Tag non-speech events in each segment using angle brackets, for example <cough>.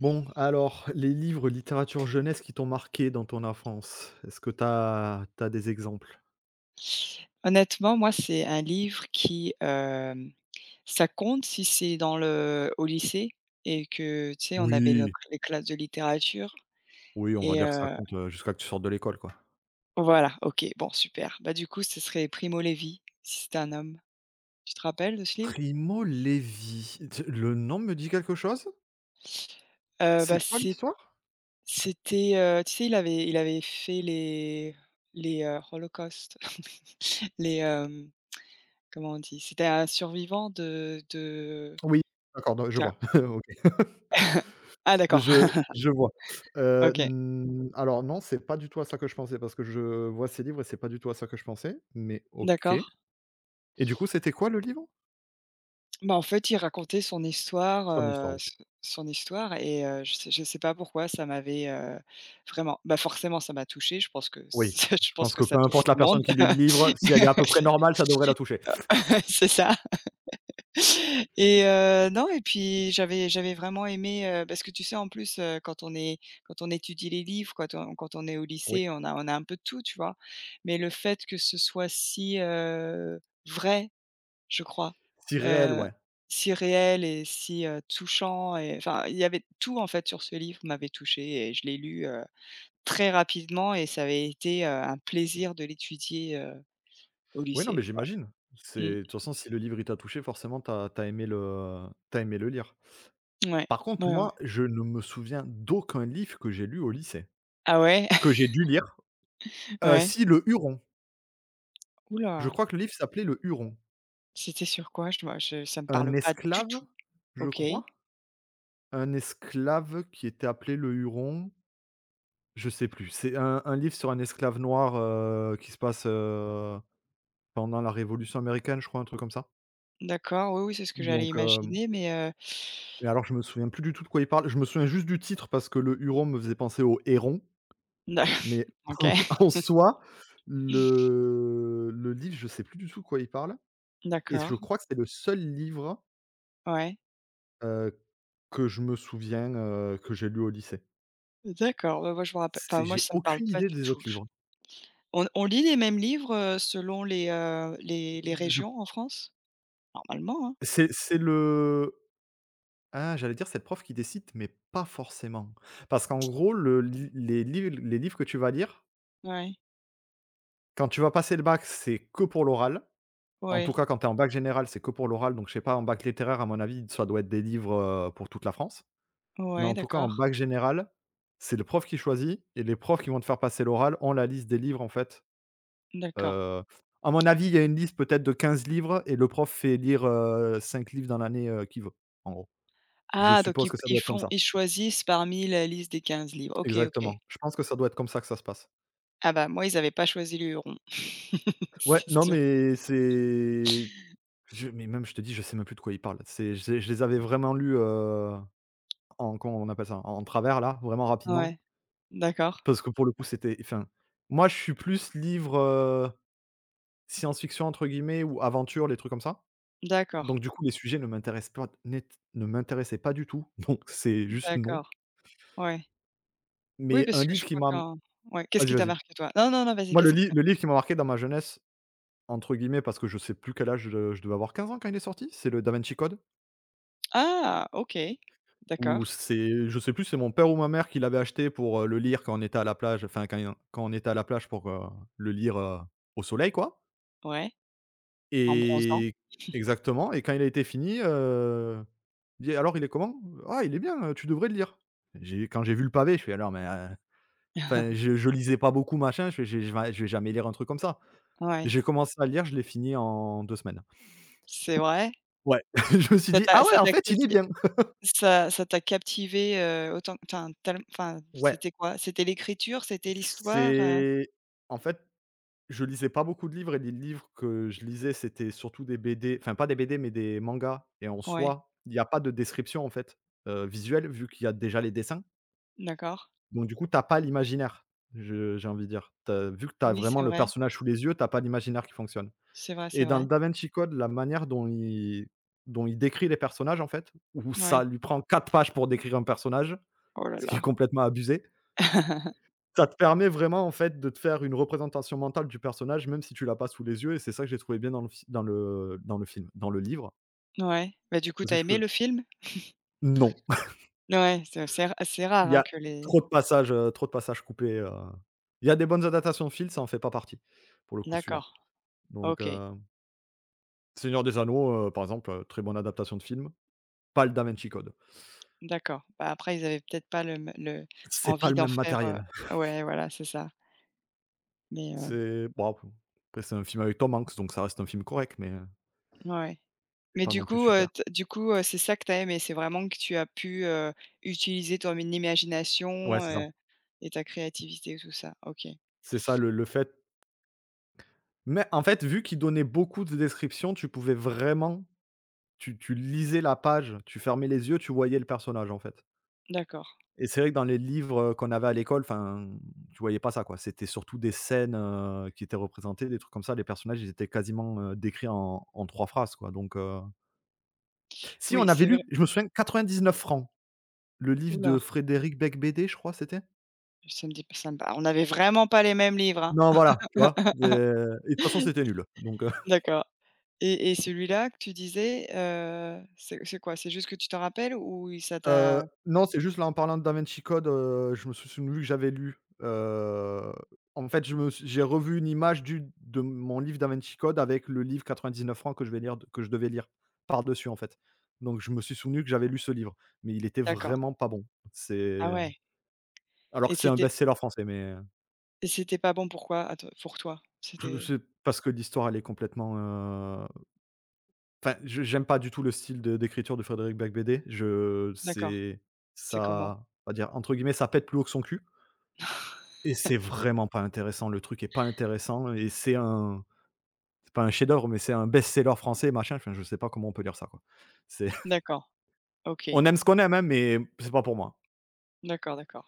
Bon, alors, les livres littérature jeunesse qui t'ont marqué dans ton enfance, est-ce que tu as des exemples? Honnêtement, moi, c'est un livre qui, ça compte si c'est dans le au lycée et que, tu sais, on avait nos Oui, les classes de littérature oui, on va et dire que ça heu compte, jusqu'à que tu sortes de l'école, quoi. voilà. OK, bon, super. Bah, du coup, ce serait Primo Levi, Si c'était un homme. Tu te rappelles de ce livre? Primo Levi, t le nom me dit quelque chose? Heu, C'est bah, quoi c'est l'histoire? c'était, tu sais, il avait fait les holocaustes, <laughs> les, hem, comment on dit? C'était un survivant de Oui, d'accord, donc je d'un vois. <laughs> OK, <laughs> ah d'accord, je <laughs> je vois. OK, N Alors non, c'est pas du tout à ça que je pensais parce que je vois ces livres et c'est pas du tout à ça que je pensais, mais OK, d'accord. et du coup, c'était quoi le livre? Bah, en fait, il racontait son histoire, Son histoire. s son histoire je sais pas pourquoi ça m'avait, vraiment forcément ça m'a touchée. Je pense que Oui, ça <laughs> je je pense pense que que ça peu touche importe la tout le monde. personne qui les livre, si elle est à <laughs> peu près normale, ça devrait la toucher. C'est ça. Non, et puis j'avais vraiment aimé, parce que tu sais, en plus, quand on étudie les livres, quand on est au Oui. lycée, on a un peu de tout, tu vois? Mais le fait que ce soit si, vrai. Je crois, Si réel, heu, ouais. si réel et si, touchant et enfin, il y avait tout. En fait sur ce livre m'avait touché et je l'ai lu, très rapidement et ça avait été, un plaisir de l'étudier, au Oui, non, lycée. mais Voilà. j'imagine. C'est, Mmh. de toute façon, si le livre, il t'a touché, forcément, t'as as aimé le t'as aimé le lire. Ouais. Par contre, Ouais, ouais. moi, je ne me souviens d'aucun livre que j'ai lu au lycée, Ah ouais? que <laughs> j'ai dû lire. Ouais. Si, Le Huron. Je Ouh. crois que le livre s'appelait Le Huron. C'était sur quoi? Je vois je ça me Un parle pas du esclave, tout. je OK. crois? Un esclave qui était appelé le Huron, je sais plus. C'est un livre sur un esclave noir, qui se passe, pendant la révolution américaine, je crois, un truc comme ça. D'accord, oui, oui, c'est ce que j'allais Donc, hem imaginer, mais, Et <laughs> alors je me souviens plus du tout de quoi il parle. Je me souviens juste du titre parce que le Huron me faisait penser au héron, mais OK. <laughs> en soi, le livre, je sais plus du tout de quoi il parle, et je D'accord, crois que c'est le seul livre, ouais. heu, que je me souviens, que j'ai lu au lycée. D'accord. Bah, moi je me rappelle enfin C'est moi J'ai ça me parle aucune pas idée du des tout. autres livres. On lit les mêmes livres, selon les Je régions en France? Normalement, hein? C'est le ah, J'allais dire c'est le prof qui décide, mais pas forcément. Parce qu'en gros, le li les livres que tu vas lire, Ouais. quand tu vas passer le bac, c'est que pour l'oral. En tout Ouais. cas, quand tu es en bac général, c'est que pour l'oral. Donc, je sais pas, en bac littéraire, à mon avis, ça doit être des livres, pour toute la France. Mais, Ouais, en tout cas, en d'accord. bac général, c'est le prof qui choisit, et les profs qui vont te faire passer l'oral ont la liste des livres, en fait. D'accord. Heu, à mon avis, il y a une liste peut-être de 15 livres, et le prof fait lire cinq livres dans l'année, qu'il veut, en gros. Je Ah donc suppose ils que ça ils doit être comme font ça. ils choisissent parmi la liste des 15 livres. OK, OK. Exactement. Je pense que ça doit être comme ça que ça se passe. Ah bah, moi, ils avaient pas choisi le Huron. <laughs> Ouais, C'est non, sûr. mais même je te dis, je sais même plus de quoi ils parlent. C'est Je les avais vraiment lus, en comment on appelle ça? En travers là, vraiment rapidement. Ouais. D'accord. Parce que pour le coup, c'était, enfin, moi je suis plus livre, science-fiction entre guillemets, ou aventure, les trucs comme ça. D'accord. Donc du coup, les sujets ne m'intéressaient pas du tout. <laughs> Donc c'est juste non. D'accord. Ouais. Oui, Mais parce un que je livre qui crois m'a qu'en ouais, qu'est-ce Vas-y, qui t'a vas-y. marqué, toi? Non, non, non, vas-y, Moi, le qu'est-ce qui li t'a le marqué? livre qui m'a marqué dans ma jeunesse, entre guillemets, parce que je sais plus quel âge, je devais avoir 15 ans quand il est sorti, c'est le Da Vinci Code. Ah! OK. Ou D'accord. c'est, je sais plus, c'est mon père ou ma mère qui l'avait acheté pour, le lire quand on était à la plage, enfin, quand on était à la plage pour, le lire, au soleil, quoi. Ouais. En bronzant. Et exactement, et quand il a été fini, il dit: «Alors, il est comment? Ah, il est bien, tu devrais le lire». J'ai Quand j'ai vu le pavé, je fais: «Ah mais» enfin, <laughs> je lisais pas beaucoup machin, je fais: «Je vais jamais lire un truc comme ça». Ouais. J'ai commencé à le lire, je l'ai fini en 2 semaines. C'est vrai? Ouais, <laughs> je me suis Ça dit: t'a «Ah ouais, ça en t'a fait il est capti bien». ça t'a captivé, autant enfin tellem enfin Ouais, c'était quoi? C'était l'écriture? C'était l'histoire, heu? c'est en fait, je lisais pas beaucoup de livres, et les livres que je lisais, c'était surtout des BD, enfin, pas des BD, mais des mangas, et en Ouais, soi, il y a pas de description, en fait, visuelle, vu qu'il y a déjà les dessins. d'accord. Donc du coup, t'as pas l'imaginaire, je j'ai envie de dire. Tu Vu que tu as Oui, c'est vraiment le vrai. personnage sous les yeux, t'as pas l'imaginaire qui fonctionne, C'est vrai, c'est et dans le vrai. Da Vinci Code, la manière dont il décrit les personnages, en fait, où ça Ouais. lui prend 4 pages pour décrire un personnage, Oh là ce qui là. est complètement abusé. <laughs> Ça te permet vraiment, en fait, de te faire une représentation mentale du personnage, même si tu l'as pas sous les yeux, et c'est ça que j'ai trouvé bien dans le film, dans le livre. Ouais. Bah, du coup, tu Parce as que je aimé le film? Non, <laughs> Ouais, c'est il rare, y hein, a que les trop de passages, trop de passages, coupés, il y a des bonnes adaptations de films, ça en fait pas partie, pour le coup, celui-là. d'accord, Donc OK, heu, Seigneur des Anneaux, par exemple, très bonne adaptation de film, pas le Da Vinci Code. d'accord. Bah, après ils avaient peut-être pas le m le C'est pas envie le d'en même faire, matériel. Ouais, voilà, c'est ça. Mais, C'est bon, après c'est un film avec Tom Hanks, donc ça reste un film correct, mais ouais. c'est Mais pas du non plus coup, super. t du coup, c'est ça que tu as aimé? C'est vraiment que tu as pu, utiliser ton Ouais, imagination, c'est ça. Et ta créativité, tout ça? OK, C'est ça le fait Mais en fait, vu qu'il donnait beaucoup de descriptions, tu pouvais vraiment, tu lisais la page, tu fermais les yeux, tu voyais le personnage, en fait. d'accord. Et c'est vrai que dans les livres, qu'on avait à l'école, enfin, tu voyais pas ça, quoi. C'était surtout des scènes, qui étaient représentées, des trucs comme ça. Les personnages, ils étaient quasiment, décrits en 3 phrases, quoi, donc, si, Oui, on avait c'est vrai. lu, je me souviens, 99 francs, le livre Oula, de Frédéric Becbédé, je crois, c'était? ça me dit ça me pa on avait vraiment pas les mêmes livres, hein. Non, voilà, tu vois? C'est Et de toute façon, c'était nul, donc. D'accord. Et celui-là que tu disais, c'est quoi? C'est juste que tu t'en rappelles ou ça t'a Non, c'est juste là en parlant de Da Vinci Code, je me suis souvenu que j'avais lu, en fait, je me suis j'ai revu une image du de mon livre Da Vinci Code avec le livre 99 que je vais lire d que je devais lire par-dessus, en fait. Donc je me suis souvenu que j'avais lu ce livre, mais il était d'accord. vraiment pas bon. Ah C'est, ouais. alors et que c'est un c'était best-seller français, mais et c'était pas bon pourquoi? À toi pour toi? je C'était c'est parce que l'histoire, elle est complètement, enfin, je j'aime pas du tout le style de d'écriture de Frédéric Becbédé. Je d'accord. C'est C'est comment? ça, on va dire, entre guillemets, «ça pète plus haut que son cul». <laughs> Et c'est vraiment pas intéressant, le truc est pas intéressant, et c'est pas un chef-d'œuvre, mais c'est un best-seller français, machin, enfin, je sais pas comment on peut lire ça, quoi. C'est <laughs> D'accord, OK. On aime ce qu'on aime, hein, mais c'est pas pour moi. D'accord, d'accord.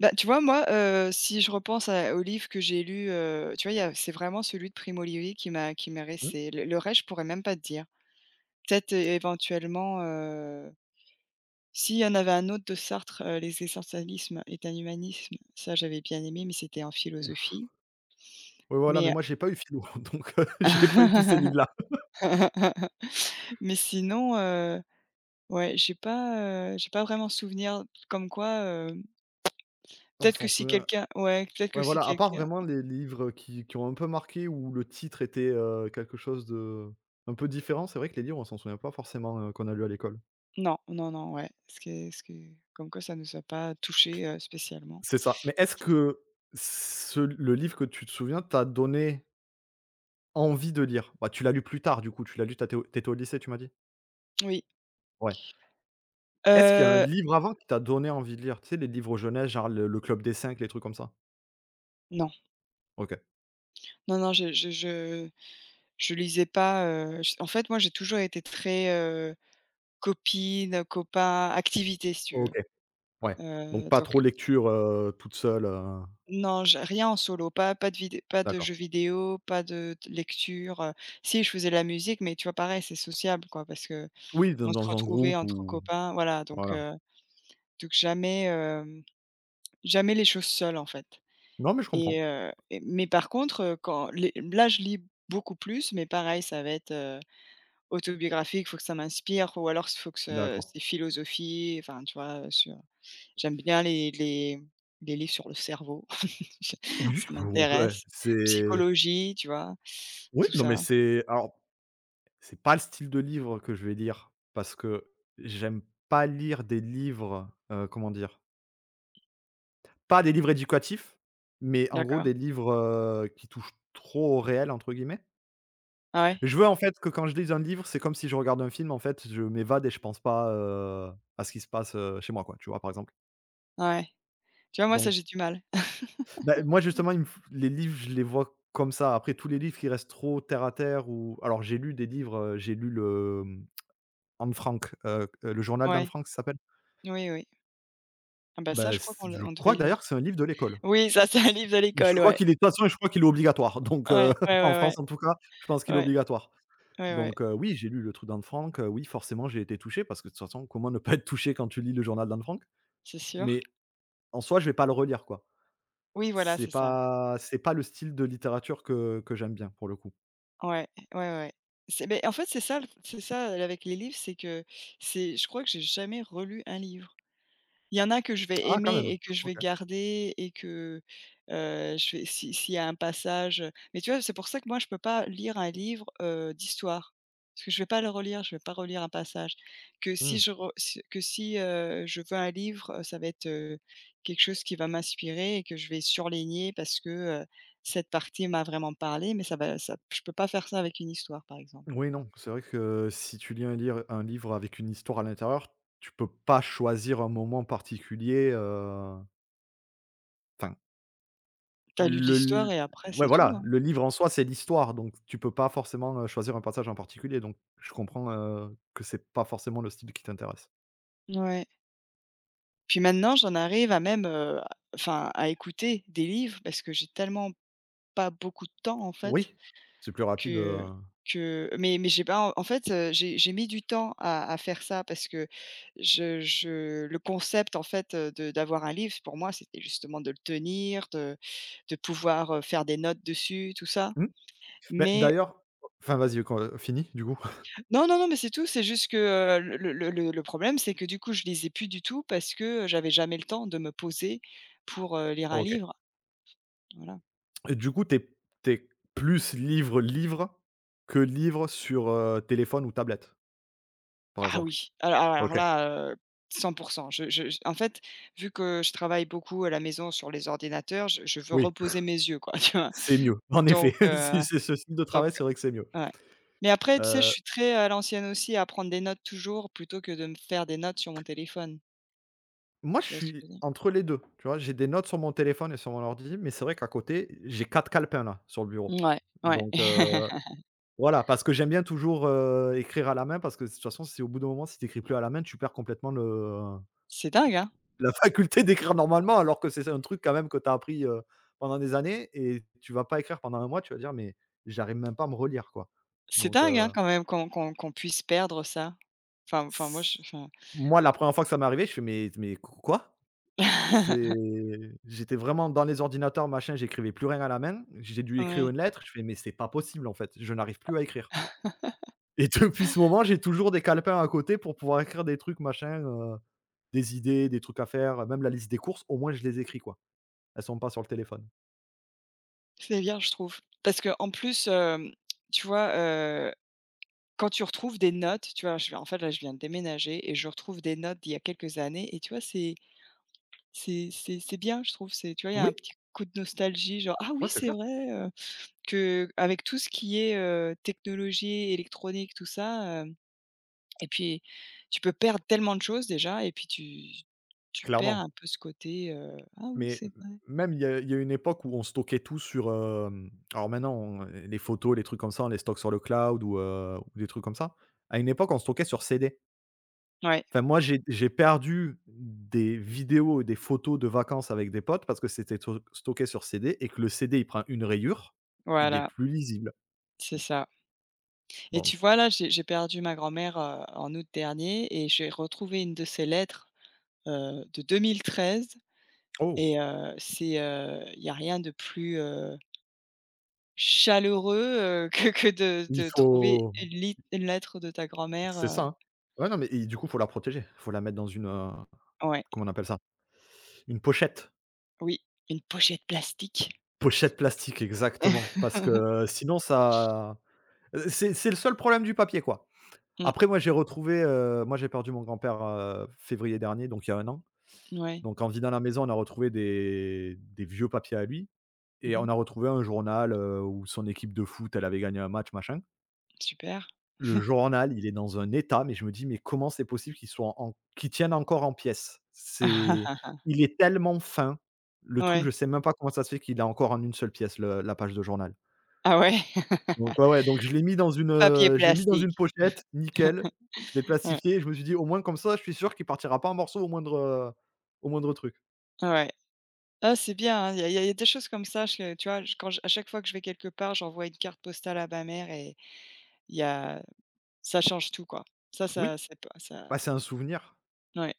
Bah, tu vois, moi, si je repense à aux livres que j'ai lus, tu vois, il y a c'est vraiment celui de Primo Levi qui m'est Mmh? resté. Le reste, je pourrais même pas te dire. Peut-être, éventuellement, si, il y en avait un autre de Sartre, Les Essentialismes est un humanisme. Ça, j'avais bien aimé, mais c'était en philosophie. Oui, voilà, mais Mais moi j'ai pas eu philo, <laughs> donc, j'ai pas eu tous ces <laughs> livres-là. mais sinon, ouais, j'ai pas vraiment souvenir, comme quoi, On peut-être que s'en si souvient, quelqu'un ouais, peut-être que ouais, si voilà, à part quelqu'un. vraiment les livres qui ont un peu marqué, où le titre était, quelque chose de un peu différent, c'est vrai que les livres, on s'en souvient pas forcément, qu'on a lu à l'école. Non, non, non, ouais. Comme quoi ça ne nous a pas touchés, spécialement. C'est ça, mais est-ce que ce le livre que tu te souviens t'a donné envie de lire. Bah, tu l'as lu plus tard, du coup, tu l'as lu t'as étais au lycée, tu m'as dit? Oui, Ouais. Est-ce qu'il y a un heu, livre avant qui t'a donné envie de lire? Tu sais, les livres jeunesse, genre le Club des cinq, les trucs comme ça? non, OK. non, non, je lisais pas, j en fait, moi, j'ai toujours été très, copine, copain, activité, si tu veux. OK, ouais. Donc pas Donc trop lecture, toute seule, non, j'ai rien en solo, pas de vidé pas de d'accord. jeux vidéo, pas de t lecture. Si, je faisais de la musique, mais tu vois, pareil, c'est sociable, quoi, parce que Oui, dans on se dans un retrouvait groupe, entre ou copains, voilà, voilà. Donc jamais, jamais les choses seules, en fait. Non, mais je comprends. Mais par contre, quand les là, je lis beaucoup plus, mais pareil, ça va être, autobiographique, il faut que ça m'inspire, ou alors il faut que ce D'accord. c'est philosophie, enfin, tu vois, sur j'aime bien les les livres sur le cerveau. <laughs> Je Oui, ça <laughs> ouais, m'intéresse. c'est Psychologie, tu vois? oui, Tout non, mais ça. C'est pas le style de livre que je vais lire, parce que j'aime pas lire des livres, comment dire? Pas des livres éducatifs, mais en gros D'accord. des livres, qui touchent trop au réel, entre guillemets. Ah ouais? Je veux, en fait, que quand je lis un livre, c'est comme si je regarde un film, en fait, je m'évade et je pense pas, à ce qui se passe, chez moi, quoi, tu vois? Par exemple. Ah ouais. Tu vois, moi, ça, Donc, j'ai du mal. <laughs> bah, moi justement, il me f les livres je les vois comme ça. Après tous les livres qui restent trop terre à terre, ou alors j'ai lu des livres, j'ai lu le, Anne Frank, Le Journal d'Anne Ouais. Frank ça s'appelle. Oui, oui. Ah bah, ça, je Bah, crois c qu'on le je on devait crois le lire. d'ailleurs que c'est un livre de l'école. Oui, ça, c'est un livre de Je l'école, crois ouais. qu'il est de toute façon, je crois qu'il est obligatoire, donc, Ouais, ouais, <laughs> en ouais, ouais. France, en tout cas, je pense qu'il est Ouais, obligatoire. ouais, ouais, Donc oui, j'ai lu le truc d'Anne Frank, oui, forcément, j'ai été touché parce que de toute façon, comment ne pas être touché quand tu lis le journal d'Anne Frank? c'est sûr. Mais en soi, je vais pas le relire, quoi. Oui, voilà, C'est c'est ça. pas c'est pas le style de littérature que j'aime bien, pour le coup. Ouais, ouais, ouais. C'est mais en fait, c'est ça avec les livres, c'est que c'est je crois que j'ai jamais relu un livre. Il y en a que je vais Ah, quand aimer même! et que je OK. vais garder et que, je vais si s'il y a un passage, mais tu vois, c'est pour ça que moi, je peux pas lire un livre, d'histoire. Parce que je vais pas le relire, je vais pas relire un passage. Que si Mmh. je re si que si, je veux un livre, ça va être, quelque chose qui va m'inspirer et que je vais surligner parce que, heu, cette partie m'a vraiment parlé, mais ça va ça je peux pas faire ça avec une histoire, par exemple. Oui, non, c'est vrai que si tu lis un livre avec une histoire à l'intérieur, tu peux pas choisir un moment particulier, enfin. T'as lu Le l'histoire l et après Ouais, c'est tout, voilà, hein. le livre en soi, c'est l'histoire, donc tu peux pas forcément, choisir un passage en particulier, donc je comprends, que c'est pas forcément le style qui t'intéresse. Ouais. Puis maintenant, j'en arrive à même, enfin, à écouter des livres parce que j'ai tellement pas beaucoup de temps, en fait, Oui, c'est plus rapide, que que mais j'ai pas en fait, j'ai mis du temps à faire ça parce que je le concept, en fait, de d'avoir un livre, pour moi, c'était justement de le tenir, de pouvoir, faire des notes dessus, tout ça. mmh, mais Mais d'ailleurs, enfin vas-y, con du coup. <laughs> non, non, non, mais c'est tout, c'est juste que, le problème, c'est que, du coup, je lisais plus du tout parce que j'avais jamais le temps de me poser pour, lire un OK. livre, voilà. Et du coup, t'es es plus livre, livre que livre sur, téléphone ou tablette, par Ah exemple? oui, alors OK, là, heu, 100 en fait, vu que je travaille beaucoup à la maison sur les ordinateurs, je veux oui, reposer mes yeux, quoi, <laughs> tu vois? c'est mieux. En effet, Donc <laughs> si heu, c'est ce style de donc travail, c'est vrai que c'est mieux. ouais. Mais après, tu sais, je Heu suis très à l'ancienne aussi, à prendre des notes toujours plutôt que de me faire des notes sur mon téléphone. Moi, je Tu vois ce que je suis veux dire? entre les 2. Tu vois? J'ai des notes sur mon téléphone et sur mon ordi, mais c'est vrai qu'à côté, j'ai 4 calepins, là, sur le bureau. Mouais, ouais. Donc, <laughs> voilà, parce que j'aime bien toujours, écrire à la main parce que de toute façon, si au bout d'un moment, si tu écris plus à la main, tu perds complètement le C'est dingue, hein? la <laughs> faculté d'écrire normalement alors que c'est un truc quand même que tu as appris, pendant des années et tu vas pas écrire pendant un mois, tu vas dire: «Mais j'arrive même pas à me relire, quoi». C'est Donc, dingue, hein, quand même qu'on qu'on qu'on puisse perdre ça. Enfin enfin moi je s enfin moi, la première fois que ça m'est arrivé, je fais: mais quoi?» C'est, <laughs> j'étais vraiment dans les ordinateurs, machin, j'écrivais plus rien à la main. J'ai dû écrire ouais. une lettre, je fais: «Mais c'est pas possible en fait, je n'arrive plus à écrire» et <laughs> depuis ce moment, j'ai toujours des calepins à côté pour pouvoir écrire des trucs, machin, des idées, des trucs à faire, même la liste des courses, au moins je les écris quoi. Elles sont pas sur le téléphone. C'est bien, je trouve. Parce que en plus, tu vois, quand tu retrouves des notes, tu vois? Je viens en fait, là, je viens de déménager et je retrouve des notes d'il y a quelques années et tu vois? C'est bien, je trouve. C'est tu vois? Il y a un Oui, petit coup de nostalgie, genre: «Ah oui, ouais, c'est c'est clair, vrai, que avec tout ce qui est, technologie, électronique, tout ça, hem et puis tu peux perdre tellement de choses déjà et puis tu perds clairement. un peu ce côté, «Ah oui, Mais c'est vrai». même il y a une époque où on stockait tout sur, alors maintenant on les photos, les trucs comme ça, on les stocke sur le cloud ou des trucs comme ça. À une époque, on stockait sur CD. Ouais, Enfin, moi, j'ai perdu des vidéos et des photos de vacances avec des potes parce que c'était to stocké sur CD et que le CD, il prend une rayure, il est voilà, plus lisible. c'est ça. Et tu Donc, vois? Là, j'ai perdu ma grand-mère, en août dernier, et j'ai retrouvé une de ses lettres, de 2013, Oh! C'est, il y a rien de plus, chaleureux, <laughs> que Il de trouver faut, une lit une lettre de ta grand-mère, c'est heu. ça, hein. Ouais, non, mais et du coup, faut la protéger. Faut la mettre dans une, Ouais, comment on appelle ça? Une pochette. oui, une pochette plastique. Pochette plastique, exactement, parce que <laughs> euh, sinon ça, c'est le seul problème du papier, quoi. Mmh, Après, moi, j'ai retrouvé, moi, j'ai perdu mon grand-père, février dernier, donc il y a un an. ouais. Donc en vidant la maison, on a retrouvé des vieux papiers à lui et on Mmh. a retrouvé un journal, où son équipe de foot, elle avait gagné un match, machin. Super. Le journal, il est dans un état, mais je me dis: «Mais comment c'est possible qu'il soit en qu'il tienne encore en pièces?» C'est, <laughs> il est tellement fin, le truc, Ouais. je sais même pas comment ça se fait qu'il a encore en une seule pièce le la page de journal. Ah ouais. Donc <laughs> ouais, ouais, donc je l'ai mis dans une, Papier je l'ai mis dans une plastique. pochette, <laughs> nickel. Je l'ai Ouais, plastifié et je me suis dit: «Au moins comme ça, je suis sûr qu'il partira pas en morceaux au moindre truc». ouais. Ah, c'est bien, hein, il y a y a des choses comme ça, je tu vois, je quand je à chaque fois que je vais quelque part, j'envoie une carte postale à ma mère et il y a ça change tout, quoi. Ça ça Oui, c'est pas ça bah, c'est un souvenir. ouais.